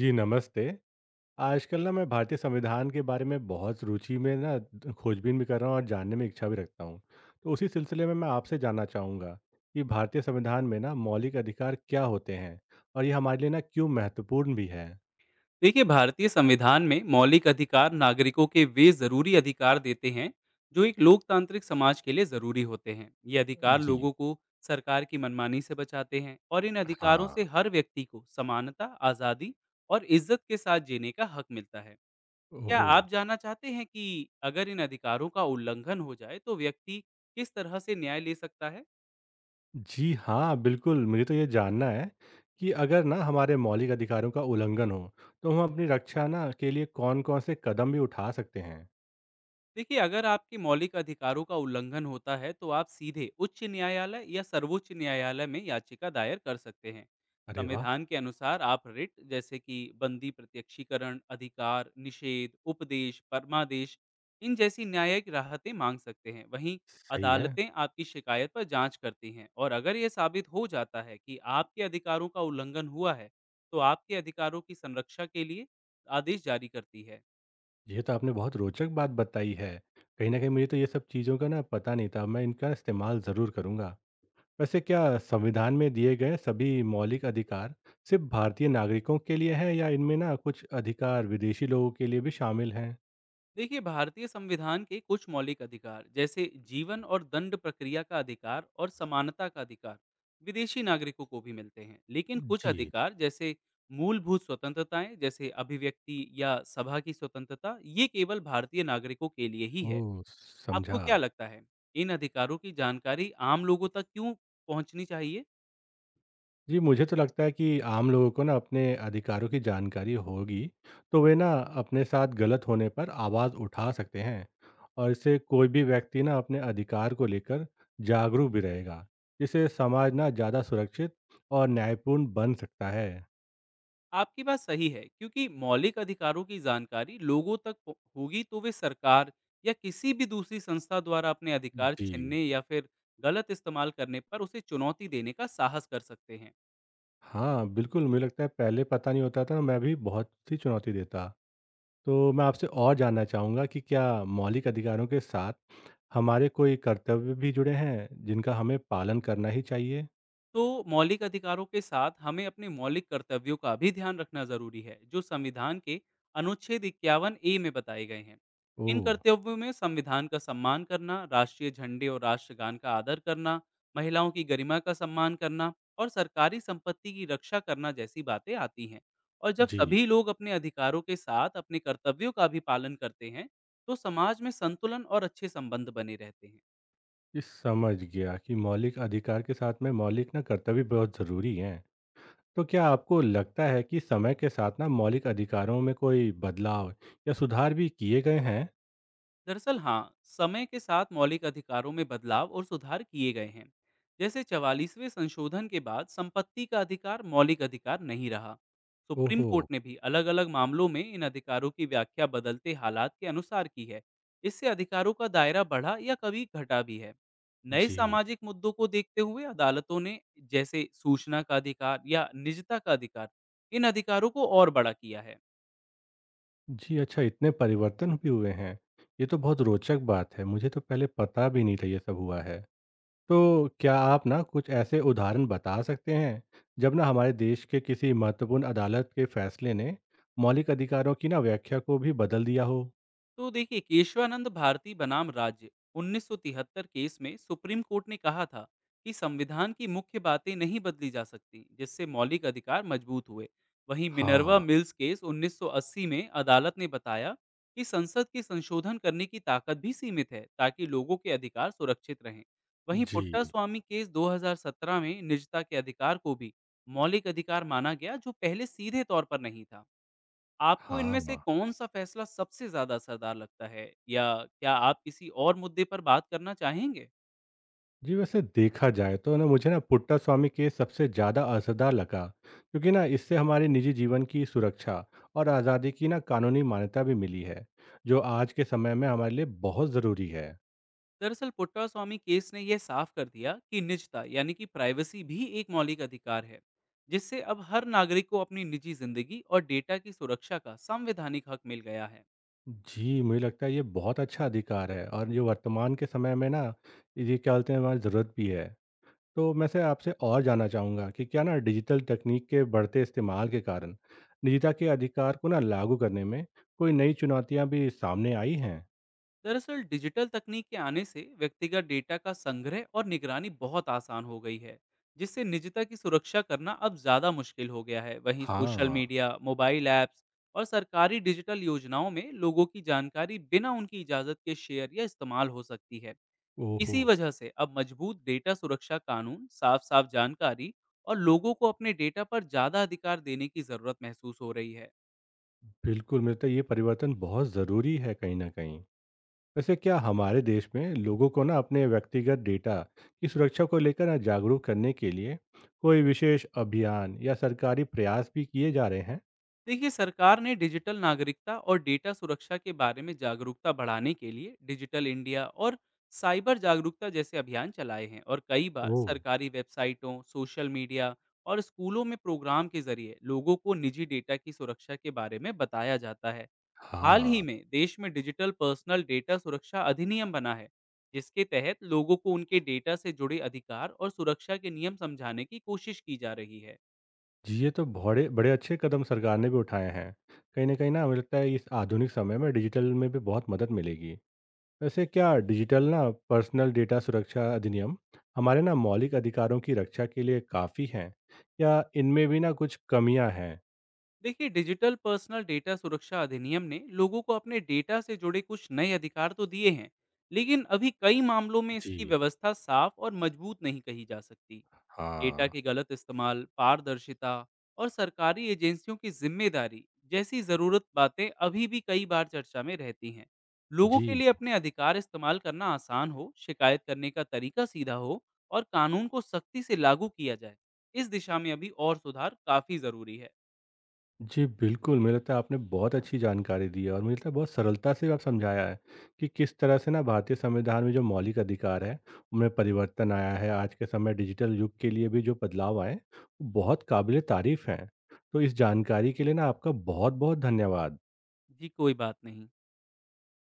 जी, नमस्ते। आजकल ना मैं भारतीय संविधान के बारे में बहुत रुचि में ना द खोजबीन भी कर रहा हूँ और जानने में इच्छा भी रखता हूँ। तो उसी सिलसिले में मैं आपसे जानना चाहूँगा कि भारतीय संविधान में ना मौलिक अधिकार क्या होते हैं? और ये हमारे लिए ना क्यों महत्वपूर्ण भी है? देखिए, भारतीय संविधान में मौलिक अधिकार नागरिकों के वे जरूरी अधिकार देते हैं जो एक लोकतांत्रिक समाज के लिए जरूरी होते हैं। ये अधिकार जी। लोगों को सरकार की मनमानी से बचाते हैं, और इन अधिकारों हाँ। से हर व्यक्ति को समानता, आज़ादी और इज्जत के साथ जीने का हक मिलता है। क्या ओह! आप जानना चाहते हैं कि अगर इन अधिकारों का उल्लंघन हो जाए तो व्यक्ति किस तरह से न्याय ले सकता है? जी हाँ, बिल्कुल। मुझे तो ये जानना है कि अगर ना हमारे मौलिक अधिकारों का उल्लंघन हो, तो हम अपनी रक्षा ना के लिए कौन-कौन से कदम भी उठा सकते हैं? देखिए, अगर आपके मौलिक अधिकारों का उल्लंघन होता है तो आप सीधे उच्च न्यायालय या सर्वोच्च न्यायालय में याचिका दायर कर सकते हैं। अरे वाह! संविधान के अनुसार आप रिट, जैसे कि बंदी प्रत्यक्षीकरण, अधिकार निषेध, उपदेश, परमादेश, इन जैसी न्यायिक राहतें मांग सकते हैं। वहीं सही है। अदालतें आपकी शिकायत पर जांच करती हैं, और अगर यह साबित हो जाता है कि आपके अधिकारों का उल्लंघन हुआ है तो आपके अधिकारों की संरक्षा के लिए आदेश जारी करती है। ये तो आपने बहुत रोचक बात बताई है। कहीं न कहीं मुझे तो ये सब चीज़ों का ना पता नहीं था, मैं इनका इस्तेमाल ज़रूर करूँगा। वैसे क्या संविधान में दिए गए सभी मौलिक अधिकार सिर्फ़ भारतीय नागरिकों के लिए हैं या इनमें ना कुछ अधिकार विदेशी लोगों के लिए भी शामिल हैं? देखिए, भारतीय संविधान के कुछ मौलिक अधिकार जैसे जीवन और दंड प्रक्रिया का अधिकार और समानता का अधिकार विदेशी नागरिकों को भी मिलते हैं, लेकिन कुछ जी। अधिकार जैसे मूलभूत स्वतंत्रताएं, जैसे अभिव्यक्ति या सभा की स्वतंत्रता, ये केवल भारतीय नागरिकों के लिए ही है। ओह! आपको समझा। क्या लगता है, इन अधिकारों की जानकारी आम लोगों तक क्यों पहुंचनी चाहिए? जी, मुझे तो लगता है कि आम लोगों को ना अपने अधिकारों की जानकारी होगी, तो वे ना अपने साथ गलत होने पर आवाज़ उठा सकते हैं और इससे कोई भी व्यक्ति ना अपने अधिकार को लेकर जागरूक भी रहेगा, जिससे समाज ना ज़्यादा सुरक्षित और न्यायपूर्ण बन सकता है। आपकी बात सही है, क्योंकि मौलिक अधिकारों की जानकारी लोगों तक होगी तो वे सरकार या किसी भी दूसरी संस्था द्वारा अपने अधिकार जी। छीनने या फिर गलत इस्तेमाल करने पर उसे चुनौती देने का साहस कर सकते हैं। हाँ, बिल्कुल, मुझे लगता है पहले पता नहीं होता था, मैं भी बहुत सी चुनौती देता। तो मैं आपसे और जानना चाहूँगा कि क्या मौलिक अधिकारों के साथ हमारे कोई कर्तव्य भी जुड़े हैं, जिनका हमें पालन करना ही चाहिए? तो मौलिक अधिकारों के साथ हमें अपने मौलिक कर्तव्यों का भी ध्यान रखना जरूरी है, जो संविधान के अनुच्छेद 51 ए में बताए गए हैं। इन ओह! कर्तव्यों में संविधान का सम्मान करना, राष्ट्रीय झंडे और राष्ट्रगान का आदर करना, महिलाओं की गरिमा का सम्मान करना, और सरकारी संपत्ति की रक्षा करना जैसी बातें आती हैं। और जब जी, सभी लोग अपने अधिकारों के साथ अपने कर्तव्यों का भी पालन करते हैं, तो समाज में संतुलन और अच्छे संबंध बने रहते हैं। ये समझ गया कि मौलिक अधिकार के साथ में मौलिक ना कर्तव्य बहुत ज़रूरी हैं। तो क्या आपको लगता है कि समय के साथ ना मौलिक अधिकारों में कोई बदलाव या सुधार भी किए गए हैं? दरअसल हाँ, समय के साथ मौलिक अधिकारों में बदलाव और सुधार किए गए हैं। जैसे चवालीसवें संशोधन के बाद संपत्ति का अधिकार मौलिक अधिकार नहीं रहा। सुप्रीम ओहो! कोर्ट ने भी अलग अलग मामलों में इन अधिकारों की व्याख्या बदलते हालात के अनुसार की है। इससे अधिकारों का दायरा बढ़ा या कभी घटा भी है। नए जी। सामाजिक मुद्दों को देखते हुए अदालतों ने, जैसे सूचना का अधिकार या निजता का अधिकार, इन अधिकारों को और बड़ा किया है। जी, अच्छा इतने परिवर्तन भी हुए हैं। ये तो बहुत रोचक बात है, मुझे तो पहले पता भी नहीं था ये सब हुआ है। तो क्या आप ना कुछ ऐसे उदाहरण बता सकते हैं जब ना हमारे देश के किसी महत्वपूर्ण अदालत के फैसले ने मौलिक अधिकारों की ना व्याख्या को भी बदल दिया हो? तो देखिए, केशवानंद भारती बनाम राज्य 1973 केस में सुप्रीम कोर्ट ने कहा था कि संविधान की मुख्य बातें नहीं बदली जा सकती, जिससे मौलिक अधिकार मजबूत हुए। वहीं मिनर्वा हाँ, मिल्स केस 1980 में अदालत ने बताया कि संसद के संशोधन करने की ताकत भी सीमित है, ताकि लोगों के अधिकार सुरक्षित रहें। वहीं जी, पुट्टा स्वामी केस 2017 में निजता के अधिकार को भी मौलिक अधिकार माना गया, जो पहले सीधे तौर पर नहीं था। आपको इनमें से हाँ। कौन-सा फैसला सबसे ज़्यादा असरदार लगता है? या क्या आप किसी और मुद्दे पर बात करना चाहेंगे? जी, वैसे देखा जाए तो ना मुझे ना पुट्टा स्वामी केस सबसे ज़्यादा असरदार लगा क्योंकि ना इससे हमारे निजी जीवन की सुरक्षा और आज़ादी की ना कानूनी मान्यता भी मिली है, जो आज के समय में हमारे लिए बहुत ज़रूरी है। दरअसल पुट्टास्वामी केस ने यह साफ कर दिया कि निजता, यानी कि प्राइवेसी, भी एक मौलिक अधिकार है, जिससे अब हर नागरिक को अपनी निजी ज़िंदगी और डेटा की सुरक्षा का संवैधानिक हक मिल गया है। जी, मुझे लगता है ये बहुत अच्छा अधिकार है और ये वर्तमान के समय में ना ये क्या बोलते हैं हमारी ज़रूरत भी है। तो मैं से आपसे और जानना चाहूँगा कि क्या ना डिजिटल तकनीक के बढ़ते इस्तेमाल के कारण निजता के अधिकार को ना लागू करने में कोई नई चुनौतियाँ भी सामने आई हैं? दरअसल डिजिटल तकनीक के आने से व्यक्तिगत डेटा का संग्रह और निगरानी बहुत आसान हो गई है, जिससे निजता की सुरक्षा करना अब ज़्यादा मुश्किल हो गया है। वहीं सोशल हाँ, मीडिया, मोबाइल ऐप्स और सरकारी डिजिटल योजनाओं में लोगों की जानकारी बिना उनकी इजाज़त के शेयर या इस्तेमाल हो सकती है। ओहो! इसी वजह से अब मजबूत डेटा सुरक्षा कानून, साफ साफ जानकारी, और लोगों को अपने डेटा पर ज़्यादा अधिकार देने की ज़रूरत महसूस हो रही है। बिल्कुल, मुझे लगता है ये परिवर्तन बहुत ज़रूरी है कहीं न कहीं। वैसे क्या हमारे देश में लोगों को ना अपने व्यक्तिगत डेटा की सुरक्षा को लेकर ना जागरूक करने के लिए कोई विशेष अभियान या सरकारी प्रयास भी किए जा रहे हैं। देखिए, सरकार ने डिजिटल नागरिकता और डेटा सुरक्षा के बारे में जागरूकता बढ़ाने के लिए डिजिटल इंडिया और साइबर जागरूकता जैसे अभियान चलाए हैं, और कई बार ओह। सरकारी वेबसाइटों, सोशल मीडिया और स्कूलों में प्रोग्राम के जरिए लोगों को निजी डेटा की सुरक्षा के बारे में बताया जाता है। हाल ही हाँ। में देश में डिजिटल पर्सनल डेटा सुरक्षा अधिनियम बना है, जिसके तहत लोगों को उनके डेटा से जुड़े अधिकार और सुरक्षा के नियम समझाने की कोशिश की जा रही है। जी, ये तो बड़े बड़े अच्छे कदम सरकार ने भी उठाए हैं। कहीं ना मुझे लगता है इस आधुनिक समय में डिजिटल में भी बहुत मदद मिलेगी। वैसे क्या डिजिटल ना पर्सनल डेटा सुरक्षा अधिनियम हमारे ना मौलिक अधिकारों की रक्षा के लिए काफ़ी हैं या इनमें भी ना कुछ कमियां हैं? देखिए, डिजिटल पर्सनल डेटा सुरक्षा अधिनियम ने लोगों को अपने डेटा से जुड़े कुछ नए अधिकार तो दिए हैं, लेकिन अभी कई मामलों में इसकी जी। व्यवस्था साफ और मजबूत नहीं कही जा सकती। डेटा हाँ। के गलत इस्तेमाल, पारदर्शिता, और सरकारी एजेंसियों की जिम्मेदारी जैसी जरूरत बातें अभी भी कई बार चर्चा में रहती हैं। लोगों के जी। लिए अपने अधिकार इस्तेमाल करना आसान हो, शिकायत करने का तरीका सीधा हो, और कानून को सख्ती से लागू किया जाए, इस दिशा में अभी और सुधार काफी जरूरी है। जी, बिल्कुल, मुझे लगता है आपने बहुत अच्छी जानकारी दी है और मुझे लगता है बहुत सरलता से आप समझाया है कि किस तरह से ना भारतीय संविधान में जो मौलिक अधिकार है, उनमें परिवर्तन आया है। आज के समय डिजिटल युग के लिए भी जो बदलाव आए, वो बहुत काबिल-ए-तारीफ़ हैं। तो इस जानकारी के लिए ना आपका बहुत-बहुत धन्यवाद। जी, कोई बात नहीं।